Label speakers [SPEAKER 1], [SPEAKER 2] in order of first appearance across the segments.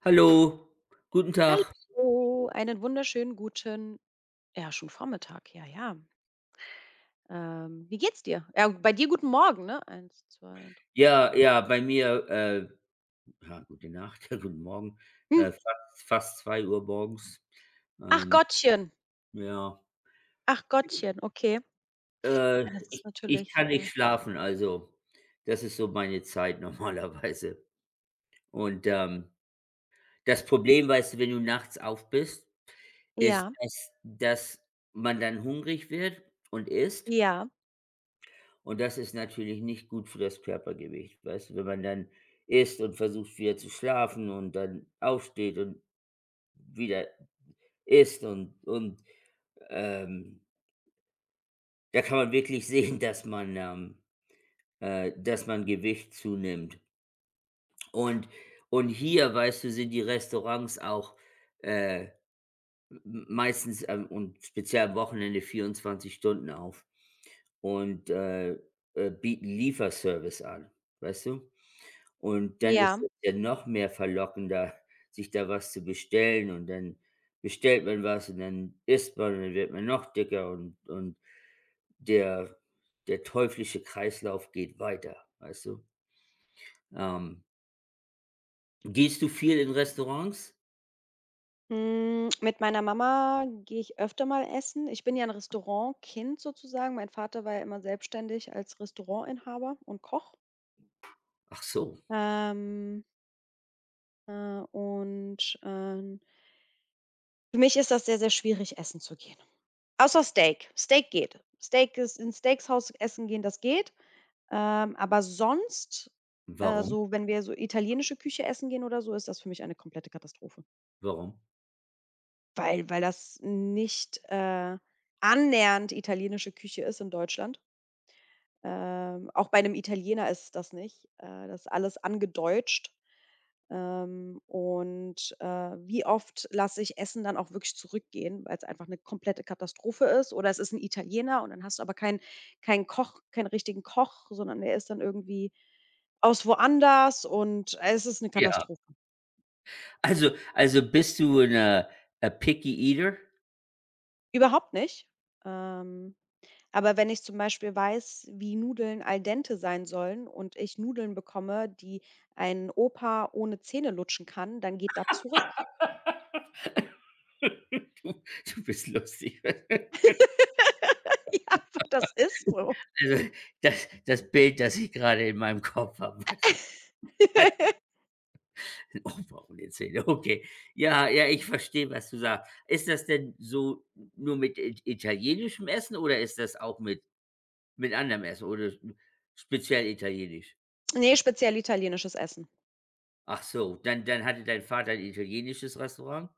[SPEAKER 1] Hallo, guten Tag.
[SPEAKER 2] Hallo, einen wunderschönen guten, ja, schon Vormittag, ja, ja. Wie geht's dir? Ja, bei dir guten Morgen, ne? Eins, zwei, drei.
[SPEAKER 1] Ja, ja, bei mir, ja, gute Nacht, ja, guten Morgen,
[SPEAKER 2] Hm,
[SPEAKER 1] fast 2 Uhr morgens.
[SPEAKER 2] ach
[SPEAKER 1] Ähm,
[SPEAKER 2] Gottchen,
[SPEAKER 1] ja,
[SPEAKER 2] ach Gottchen, okay.
[SPEAKER 1] äh,
[SPEAKER 2] Ja, das ist
[SPEAKER 1] ich
[SPEAKER 2] natürlich,
[SPEAKER 1] kann nicht schlafen, also das ist so meine Zeit normalerweise. Und, das Problem, weißt du, wenn du nachts auf bist, ist,
[SPEAKER 2] ja,
[SPEAKER 1] dass man dann hungrig wird und isst.
[SPEAKER 2] ja,
[SPEAKER 1] Und das ist natürlich nicht gut für das Körpergewicht, weißt du? Wenn man dann isst und versucht wieder zu schlafen und dann aufsteht und wieder isst und, ähm, da kann man wirklich sehen, dass man Gewicht zunimmt. Und und hier, weißt du, sind die Restaurants auch, äh, m meistens, und speziell am Wochenende 24 Stunden auf und, bieten Lieferservice an, weißt du? Und dann ist
[SPEAKER 2] ja.
[SPEAKER 1] es ja noch mehr verlockender, sich da was zu bestellen und dann bestellt man was und dann isst man und dann wird man noch dicker und der der teuflische Kreislauf geht weiter, weißt du? Ähm, gehst du viel in Restaurants?
[SPEAKER 2] Hm, mit meiner Mama gehe ich öfter mal essen. Ich bin ja ein Restaurantkind sozusagen. Mein Vater war ja immer selbstständig als Restaurantinhaber und Koch.
[SPEAKER 1] Ach so,
[SPEAKER 2] Ähm, äh, und, für mich ist das sehr, sehr schwierig, essen zu gehen. Außer Steak. Steak geht. Steak ist in Steakshaus essen gehen, das geht. Aber sonst,
[SPEAKER 1] warum?
[SPEAKER 2] so wenn wir so italienische Küche essen gehen oder so, ist das für mich eine komplette Katastrophe.
[SPEAKER 1] Warum?
[SPEAKER 2] Weil das nicht, annähernd italienische Küche ist in Deutschland. Auch bei einem Italiener ist das nicht. Das ist alles angedeutscht. Und, wie oft lasse ich Essen dann auch wirklich zurückgehen, weil es einfach eine komplette Katastrophe ist oder es ist ein Italiener und dann hast du aber keinen richtigen Koch, sondern der ist dann irgendwie aus woanders und es ist eine
[SPEAKER 1] Ja,
[SPEAKER 2] Katastrophe.
[SPEAKER 1] also bist du 'ne a picky eater?
[SPEAKER 2] Überhaupt nicht. Ähm Aber wenn ich zum Beispiel weiß, wie Nudeln al dente sein sollen und ich Nudeln bekomme, die ein Opa ohne Zähne lutschen kann, dann geht das zurück.
[SPEAKER 1] Du bist lustig.
[SPEAKER 2] Ja, aber das ist so.
[SPEAKER 1] Also, das Bild, das ich gerade in meinem Kopf habe, weißt du? Oh, brauchen die Zähne, okay. Ja, ja, ich verstehe, was du sagst. Ist das denn so nur mit it italienischem Essen oder ist das auch mit anderem Essen oder s speziell italienisch?
[SPEAKER 2] Ne, speziell italienisches Essen.
[SPEAKER 1] Ach so, dann hatte dein Vater ein italienisches Restaurant?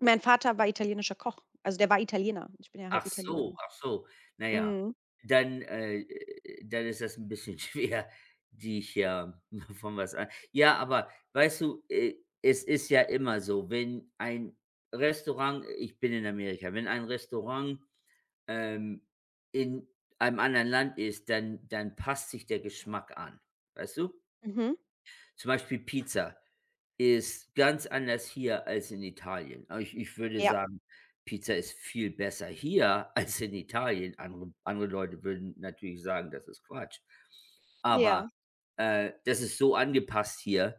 [SPEAKER 2] Mein Vater war italienischer Koch. Also, der war Italiener. Ich bin ja halb
[SPEAKER 1] Ach so,
[SPEAKER 2] Italienerin.
[SPEAKER 1] ach so. Na ja,
[SPEAKER 2] Mhm.
[SPEAKER 1] dann ist das ein bisschen schwer, dich, von was an ja, aber weißt du, es ist ja immer so, wenn ein Restaurant, ich bin in Amerika, wenn ein Restaurant, ähm, in einem anderen Land ist, dann passt sich der Geschmack an, weißt du?
[SPEAKER 2] Mhm.
[SPEAKER 1] Zum Beispiel Pizza ist ganz anders hier als in Italien. Aber ich würde
[SPEAKER 2] Ja,
[SPEAKER 1] sagen, Pizza ist viel besser hier als in Italien. Andere Leute würden natürlich sagen, das ist Quatsch.
[SPEAKER 2] ja,
[SPEAKER 1] Aber, das ist so angepasst hier.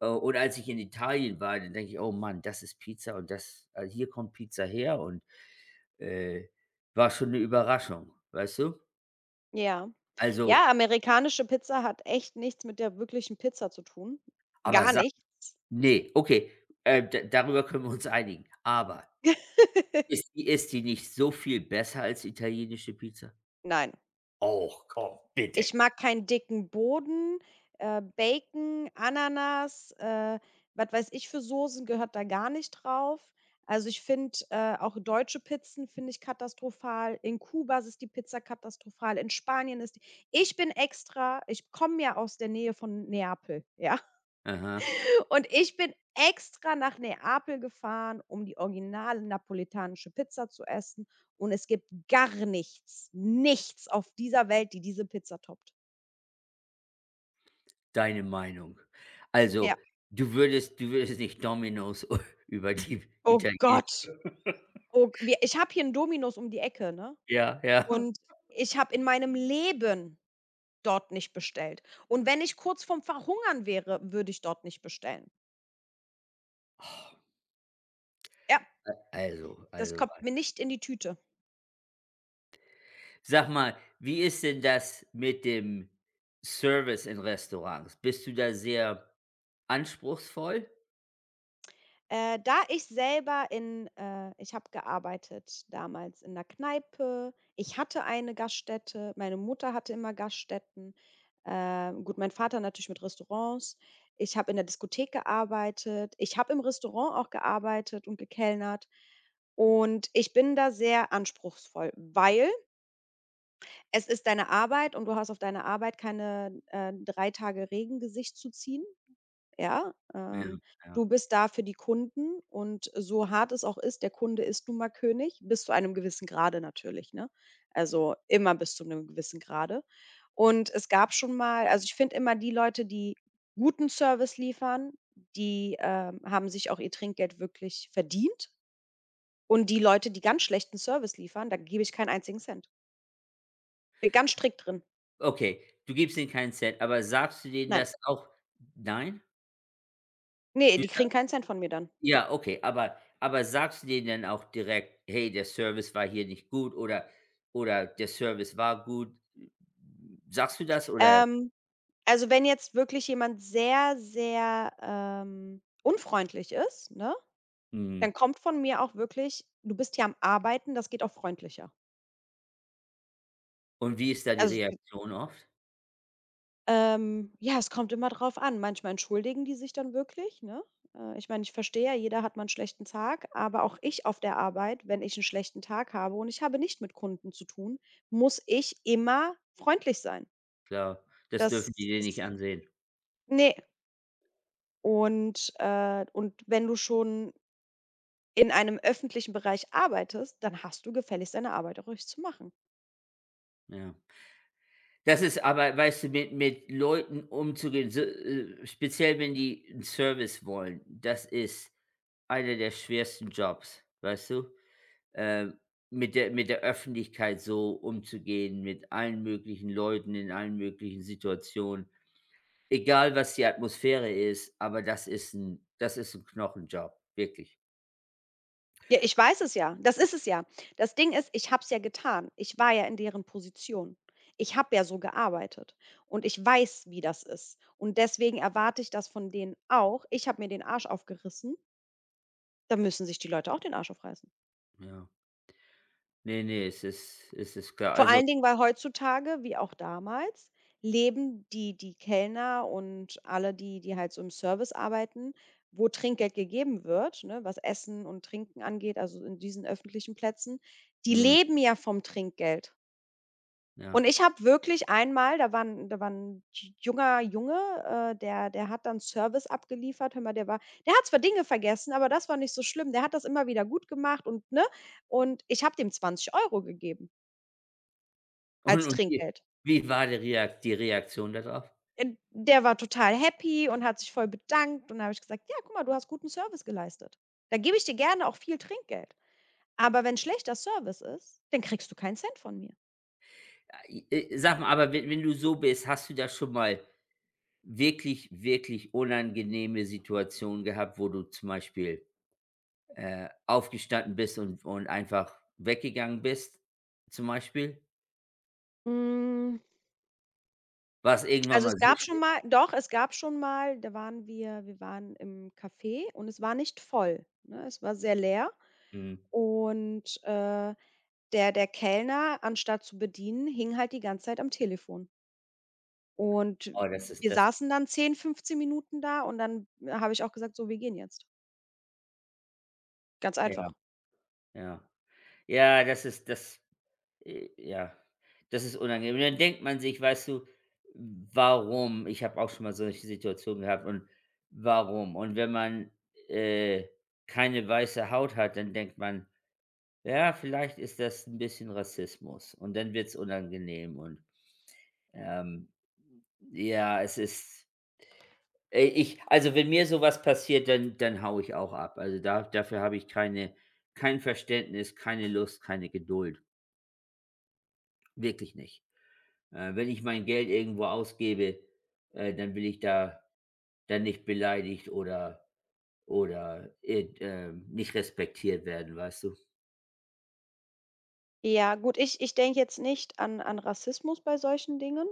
[SPEAKER 1] Und als ich in Italien war, dann denke ich: „Oh Mann, das ist Pizza und das also, hier kommt Pizza her" und, äh, war schon eine Überraschung, weißt du?
[SPEAKER 2] ja.
[SPEAKER 1] Also,
[SPEAKER 2] Ja, amerikanische Pizza hat echt nichts mit der wirklichen Pizza zu tun.
[SPEAKER 1] aber
[SPEAKER 2] Gar
[SPEAKER 1] sag,
[SPEAKER 2] nichts.
[SPEAKER 1] ne, okay, da darüber können wir uns einigen. Aber ist die nicht so viel besser als italienische Pizza?
[SPEAKER 2] Nein.
[SPEAKER 1] Och, komm, bitte.
[SPEAKER 2] Ich mag keinen dicken Boden, Bacon, Ananas, was weiß ich, für Soßen gehört da gar nicht drauf. Also, ich finde, auch deutsche Pizzen finde ich katastrophal. In Kuba ist die Pizza katastrophal, in Spanien ist die. Ich bin extra Ich komme ja aus der Nähe von Neapel, ja?
[SPEAKER 1] Aha,
[SPEAKER 2] Und ich bin extra nach Neapel gefahren, um die originale neapolitanische Pizza zu essen, und es gibt gar nichts, nichts auf dieser Welt, die diese Pizza toppt.
[SPEAKER 1] deine Meinung.
[SPEAKER 2] Ja.
[SPEAKER 1] Also, du würdest nicht Domino's über die
[SPEAKER 2] Oh Gott.
[SPEAKER 1] italienische,
[SPEAKER 2] Oh g wir Ich habe hier 'n Domino's um die Ecke, ne?
[SPEAKER 1] ja, ja.
[SPEAKER 2] Und ich habe in meinem Leben dort nicht bestellt. Und wenn ich kurz vorm Verhungern wäre, würde ich dort nicht bestellen. Ja,
[SPEAKER 1] Also
[SPEAKER 2] das
[SPEAKER 1] also
[SPEAKER 2] kommt
[SPEAKER 1] Mann.
[SPEAKER 2] mir nicht in die Tüte.
[SPEAKER 1] Sag mal, wie ist denn das mit dem Service in Restaurants? Bist du da sehr anspruchsvoll?
[SPEAKER 2] Da ich selber in Ich habe gearbeitet damals in der Kneipe. Ich hatte eine Gaststätte. Meine Mutter hatte immer Gaststätten. Gut, mein Vater natürlich mit Restaurants. Ich habe in der Diskothek gearbeitet. Ich habe im Restaurant auch gearbeitet und gekellnert. Und ich bin da sehr anspruchsvoll, weil es ist deine Arbeit und du hast auf deine Arbeit keine, 3 Tage Regengesicht zu ziehen. Ja,
[SPEAKER 1] Ja, ja.
[SPEAKER 2] du bist da für die Kunden, und so hart es auch ist, der Kunde ist nun mal König, bis zu einem gewissen Grade natürlich, ne? Also, immer bis zu einem gewissen Grade. Und es gab schon mal, also, ich finde immer, die Leute, die guten Service liefern, die, haben sich auch ihr Trinkgeld wirklich verdient. Und die Leute, die ganz schlechten Service liefern, da gebe ich keinen einzigen Cent. Bin ganz strikt drin.
[SPEAKER 1] Okay, du gibst denen keinen Cent, aber sagst du denen
[SPEAKER 2] Nein.
[SPEAKER 1] das auch, nein?
[SPEAKER 2] Nee,
[SPEAKER 1] Du
[SPEAKER 2] die
[SPEAKER 1] sa,
[SPEAKER 2] kriegen keinen Cent von mir dann.
[SPEAKER 1] ja, okay, aber sagst du denen dann auch direkt: „Hey, der Service war hier nicht gut" oder „Der Service war gut"? Sagst du das, oder?
[SPEAKER 2] Ähm Also, wenn jetzt wirklich jemand sehr, sehr, unfreundlich ist, ne,
[SPEAKER 1] Mhm.
[SPEAKER 2] dann kommt von mir auch wirklich: „Du bist hier am Arbeiten, das geht auch freundlicher.“
[SPEAKER 1] Und wie ist da die
[SPEAKER 2] Also, d
[SPEAKER 1] Reaktion oft?
[SPEAKER 2] ja, es kommt immer drauf an. Manchmal entschuldigen die sich dann wirklich, ne? Ich meine, ich verstehe ja, jeder hat mal einen schlechten Tag, aber auch ich auf der Arbeit, wenn ich einen schlechten Tag habe und ich habe nicht mit Kunden zu tun, muss ich immer freundlich sein.
[SPEAKER 1] Klar, das
[SPEAKER 2] Das
[SPEAKER 1] dürfen die dir
[SPEAKER 2] das
[SPEAKER 1] nicht ansehen.
[SPEAKER 2] ne. Und wenn du schon in einem öffentlichen Bereich arbeitest, dann hast du gefälligst deine Arbeit auch ruhig zu machen.
[SPEAKER 1] Ja. Das ist aber, weißt du, mit Leuten umzugehen, so, speziell wenn die 'n Service wollen, das ist einer der schwersten Jobs, weißt du? äh, mit der Öffentlichkeit so umzugehen, mit allen möglichen Leuten in allen möglichen Situationen. Egal, was die Atmosphäre ist, aber das ist ein Knochenjob, wirklich.
[SPEAKER 2] Ja, ich weiß es ja. Das ist es ja. Das Ding ist, ich habe es ja getan. Ich war ja in deren Position. Ich habe ja so gearbeitet und ich weiß, wie das ist. Und deswegen erwarte ich das von denen auch. Ich habe mir den Arsch aufgerissen, da müssen sich die Leute auch den Arsch aufreißen.
[SPEAKER 1] Ja. Ne, ne, es ist klar.
[SPEAKER 2] Vor
[SPEAKER 1] Also,
[SPEAKER 2] allen Dingen, weil heutzutage, wie auch damals, leben die Kellner und alle, die halt so im Service arbeiten, wo Trinkgeld gegeben wird, ne, was Essen und Trinken angeht, also in diesen öffentlichen Plätzen, die
[SPEAKER 1] mhm,
[SPEAKER 2] leben ja vom Trinkgeld. Und
[SPEAKER 1] ja.
[SPEAKER 2] ich habe wirklich einmal, da war 'n j junger Junge, der hat dann Service abgeliefert. Hör mal, der hat zwar Dinge vergessen, aber das war nicht so schlimm. Der hat das immer wieder gut gemacht und, ne? Und ich habe dem 20 € gegeben
[SPEAKER 1] Und
[SPEAKER 2] als
[SPEAKER 1] und wie
[SPEAKER 2] Trinkgeld.
[SPEAKER 1] wie war die Reaktion darauf drauf?
[SPEAKER 2] Der war total happy und hat sich voll bedankt und da habe ich gesagt: „Ja, guck mal, du hast guten Service geleistet. Da gebe ich dir gerne auch viel Trinkgeld. Aber wenn schlechter Service ist, dann kriegst du keinen Cent von mir.“
[SPEAKER 1] Sag mal, aber wenn du so bist, hast du da schon mal wirklich, wirklich unangenehme Situationen gehabt, wo du zum Beispiel aufgestanden bist und einfach weggegangen bist zum Beispiel?
[SPEAKER 2] Hm,
[SPEAKER 1] War's irgendwann
[SPEAKER 2] also,
[SPEAKER 1] mal
[SPEAKER 2] es
[SPEAKER 1] so
[SPEAKER 2] gab schon
[SPEAKER 1] schlimm?
[SPEAKER 2] mal, doch, es gab schon mal, da waren wir wir waren im Café und es war nicht voll, ne? Es war sehr leer
[SPEAKER 1] Mhm.
[SPEAKER 2] und, der Kellner, anstatt zu bedienen, hing halt die ganze Zeit am Telefon. Und
[SPEAKER 1] Oh, das ist
[SPEAKER 2] wir
[SPEAKER 1] das,
[SPEAKER 2] saßen dann 10, 15 Minuten da und dann habe ich auch gesagt: „So, wir gehen jetzt.“ Ganz
[SPEAKER 1] ja,
[SPEAKER 2] einfach.
[SPEAKER 1] ja. Ja, das ist das, ja, das ist unangenehm. Und dann denkt man sich, weißt du: „Warum?" Ich habe auch schon mal solche Situationen gehabt und warum? Und wenn man, äh, keine weiße Haut hat, dann denkt man: „Ja, vielleicht ist das ein bisschen Rassismus." Und dann wird's unangenehm und, ähm Ja, es ist ich also, wenn mir so was passiert, dann hau ich auch ab. Also, da dafür habe ich kein Verständnis, keine Lust, keine Geduld. Wirklich nicht. Wenn ich mein Geld irgendwo ausgebe, dann will ich da, dann nicht beleidigt oder irgend nicht respektiert werden, weißt du?
[SPEAKER 2] Ja, gut, ich denke jetzt nicht an Rassismus bei solchen Dingen.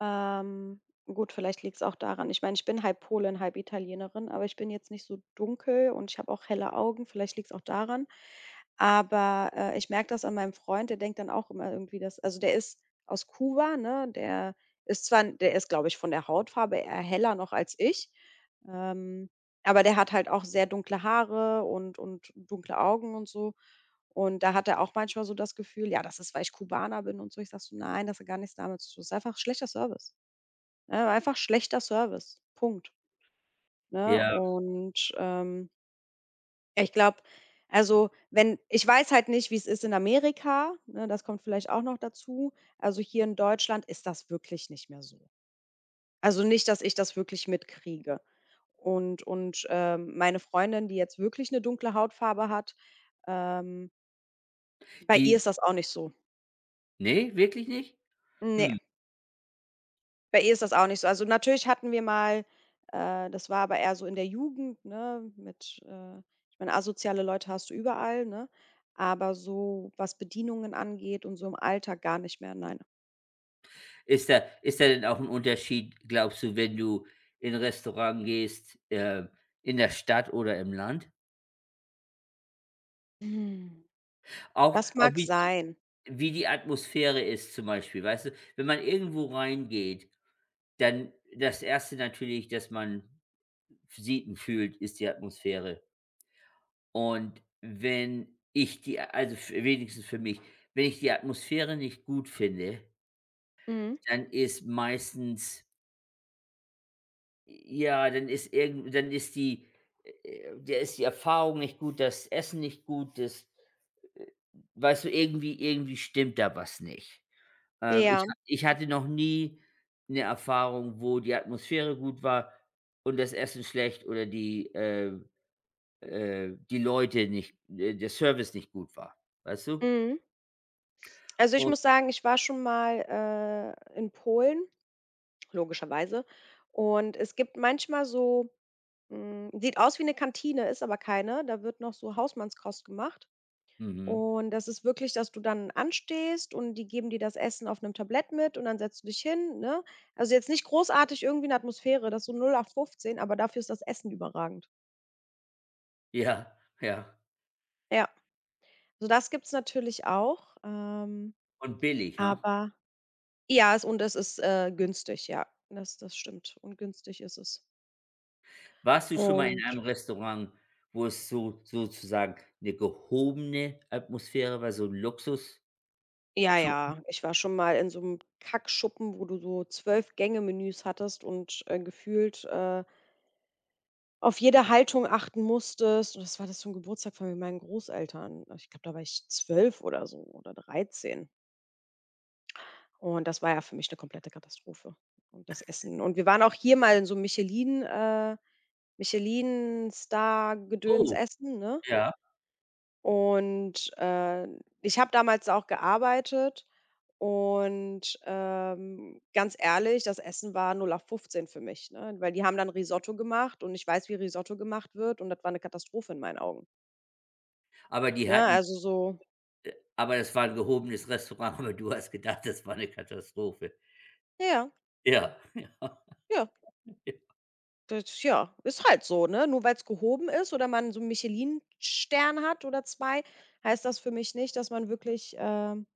[SPEAKER 2] Ähm, gut, vielleicht liegt es auch daran. Ich meine, ich bin halb Polin, halb Italienerin, aber ich bin jetzt nicht so dunkel und ich habe auch helle Augen. Vielleicht liegt es auch daran. Aber, ich merke das an meinem Freund, der denkt dann auch immer irgendwie, dass, also, der ist aus Kuba, ne? Der ist, glaube ich, von der Hautfarbe eher heller noch als ich, ähm, aber der hat halt auch sehr dunkle Haare und dunkle Augen und so. Und da hat er auch manchmal so das Gefühl: „Ja, das ist, weil ich Kubaner bin“ und so. Ich sage so: „Nein, das hat gar nichts damit zu tun. Das ist einfach schlechter Service.“ Ne, einfach schlechter Service, Punkt, ne?
[SPEAKER 1] Ja,
[SPEAKER 2] Und, ja, ich glaube, also, wenn ich weiß halt nicht, wie es ist in Amerika, ne, das kommt vielleicht auch noch dazu. Also, hier in Deutschland ist das wirklich nicht mehr so. Also, nicht, dass ich das wirklich mitkriege. Und, meine Freundin, die jetzt wirklich eine dunkle Hautfarbe hat, ähm, bei ihr
[SPEAKER 1] die
[SPEAKER 2] ist das auch nicht so.
[SPEAKER 1] ne, wirklich nicht?
[SPEAKER 2] Ne.
[SPEAKER 1] Hm.
[SPEAKER 2] Bei ihr ist das auch nicht so. Also, natürlich hatten wir mal, das war aber eher so in der Jugend, ne, mit ich meine, asoziale Leute hast du überall, ne? Aber so, was Bedienungen angeht und so im Alltag, gar nicht mehr, nein.
[SPEAKER 1] Ist da denn auch ein Unterschied, glaubst du, wenn du in 'n Restaurant gehst, in der Stadt oder im Land?
[SPEAKER 2] Mhm.
[SPEAKER 1] Auch
[SPEAKER 2] Das
[SPEAKER 1] auch
[SPEAKER 2] mag
[SPEAKER 1] wie die
[SPEAKER 2] sein.
[SPEAKER 1] wie die Atmosphäre ist zum Beispiel, weißt du? Wenn man irgendwo reingeht, dann das erste natürlich, das man sieht und fühlt, ist die Atmosphäre. Und wenn ich die, also f wenigstens für mich, wenn ich die Atmosphäre nicht gut finde,
[SPEAKER 2] Mhm.
[SPEAKER 1] dann ist meistens. Ja, dann ist die äh, der ist die Erfahrung nicht gut, das Essen nicht gut, das äh, weißt du, irgendwie stimmt da was nicht. Ich
[SPEAKER 2] Ja.
[SPEAKER 1] ha ich hatte noch nie eine Erfahrung, wo die Atmosphäre gut war und das Essen schlecht oder die, die Leute nicht der Service nicht gut war, weißt du?
[SPEAKER 2] Mhm. Also, ich
[SPEAKER 1] Und
[SPEAKER 2] muss sagen, ich war schon mal, in Polen, logischerweise. Und es gibt manchmal so, sieht aus wie eine Kantine, ist aber keine. Da wird noch so Hausmannskost gemacht.
[SPEAKER 1] mhm,
[SPEAKER 2] Und das ist wirklich, dass du dann anstehst und die geben dir das Essen auf einem Tablett mit und dann setzt du dich hin, ne? Also, jetzt nicht großartig irgendwie eine Atmosphäre, das ist so 08/15, aber dafür ist das Essen überragend.
[SPEAKER 1] ja, ja.
[SPEAKER 2] Ja, so das gibt's natürlich auch,
[SPEAKER 1] Und billig, ha?
[SPEAKER 2] aber ja, es und es ist, günstig, ja. Das stimmt und günstig ist es.
[SPEAKER 1] Warst du schon mal in
[SPEAKER 2] Und
[SPEAKER 1] einem Restaurant, wo es so sozusagen eine gehobene Atmosphäre war, so ein Luxus?
[SPEAKER 2] ja,
[SPEAKER 1] Luxusschuppen?
[SPEAKER 2] ja, ich war schon mal in so einem Kackschuppen, wo du so 12-Gänge-Menüs hattest und, gefühlt, auf jede Haltung achten musstest, und das war das zum Geburtstag von meinen Großeltern. Also, ich glaube, da war ich 12 oder so oder 13 und das war ja für mich eine komplette Katastrophe, und das Essen. Und wir waren auch hier mal in so Michelin-Star-Gedöns
[SPEAKER 1] Oh,
[SPEAKER 2] essen, ne?
[SPEAKER 1] ja.
[SPEAKER 2] Und, ich habe damals auch gearbeitet und, ganz ehrlich, das Essen war null auf 15 für mich, ne? Weil die haben dann Risotto gemacht und ich weiß, wie Risotto gemacht wird und das war eine Katastrophe in meinen Augen,
[SPEAKER 1] Aber die
[SPEAKER 2] ne?
[SPEAKER 1] hatten
[SPEAKER 2] Also, so,
[SPEAKER 1] aber das war ein gehobenes Restaurant, aber du hast gedacht, das war eine Katastrophe.
[SPEAKER 2] ja,
[SPEAKER 1] Ja, ja,
[SPEAKER 2] ja,
[SPEAKER 1] ja.
[SPEAKER 2] das, ja, ist halt so, ne? Nur weil es gehoben ist oder man so 'n Michelin-Stern hat oder zwei, heißt das für mich nicht,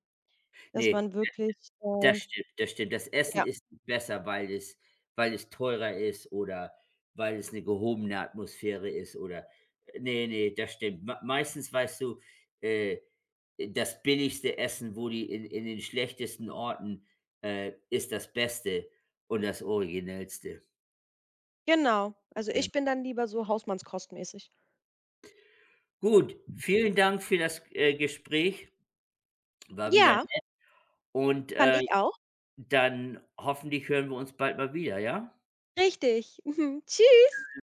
[SPEAKER 2] dass
[SPEAKER 1] Ne,
[SPEAKER 2] man wirklich,
[SPEAKER 1] das stimmt, das stimmt. Das Essen
[SPEAKER 2] ja,
[SPEAKER 1] ist nicht besser, weil es teurer ist oder weil es eine gehobene Atmosphäre ist oder, nee, nee, das stimmt. Meistens, weißt du, äh, das billigste Essen, wo die in den schlechtesten Orten, ist das Beste und das Originellste.
[SPEAKER 2] genau. Also,
[SPEAKER 1] Ja.
[SPEAKER 2] ich bin dann lieber so hausmannskostmäßig.
[SPEAKER 1] Gut, vielen Dank für das, Gespräch. War wieder
[SPEAKER 2] Ja,
[SPEAKER 1] nett und,
[SPEAKER 2] fand ich auch.
[SPEAKER 1] dann hoffentlich hören wir uns bald mal wieder, ja?
[SPEAKER 2] Richtig. Tschüss.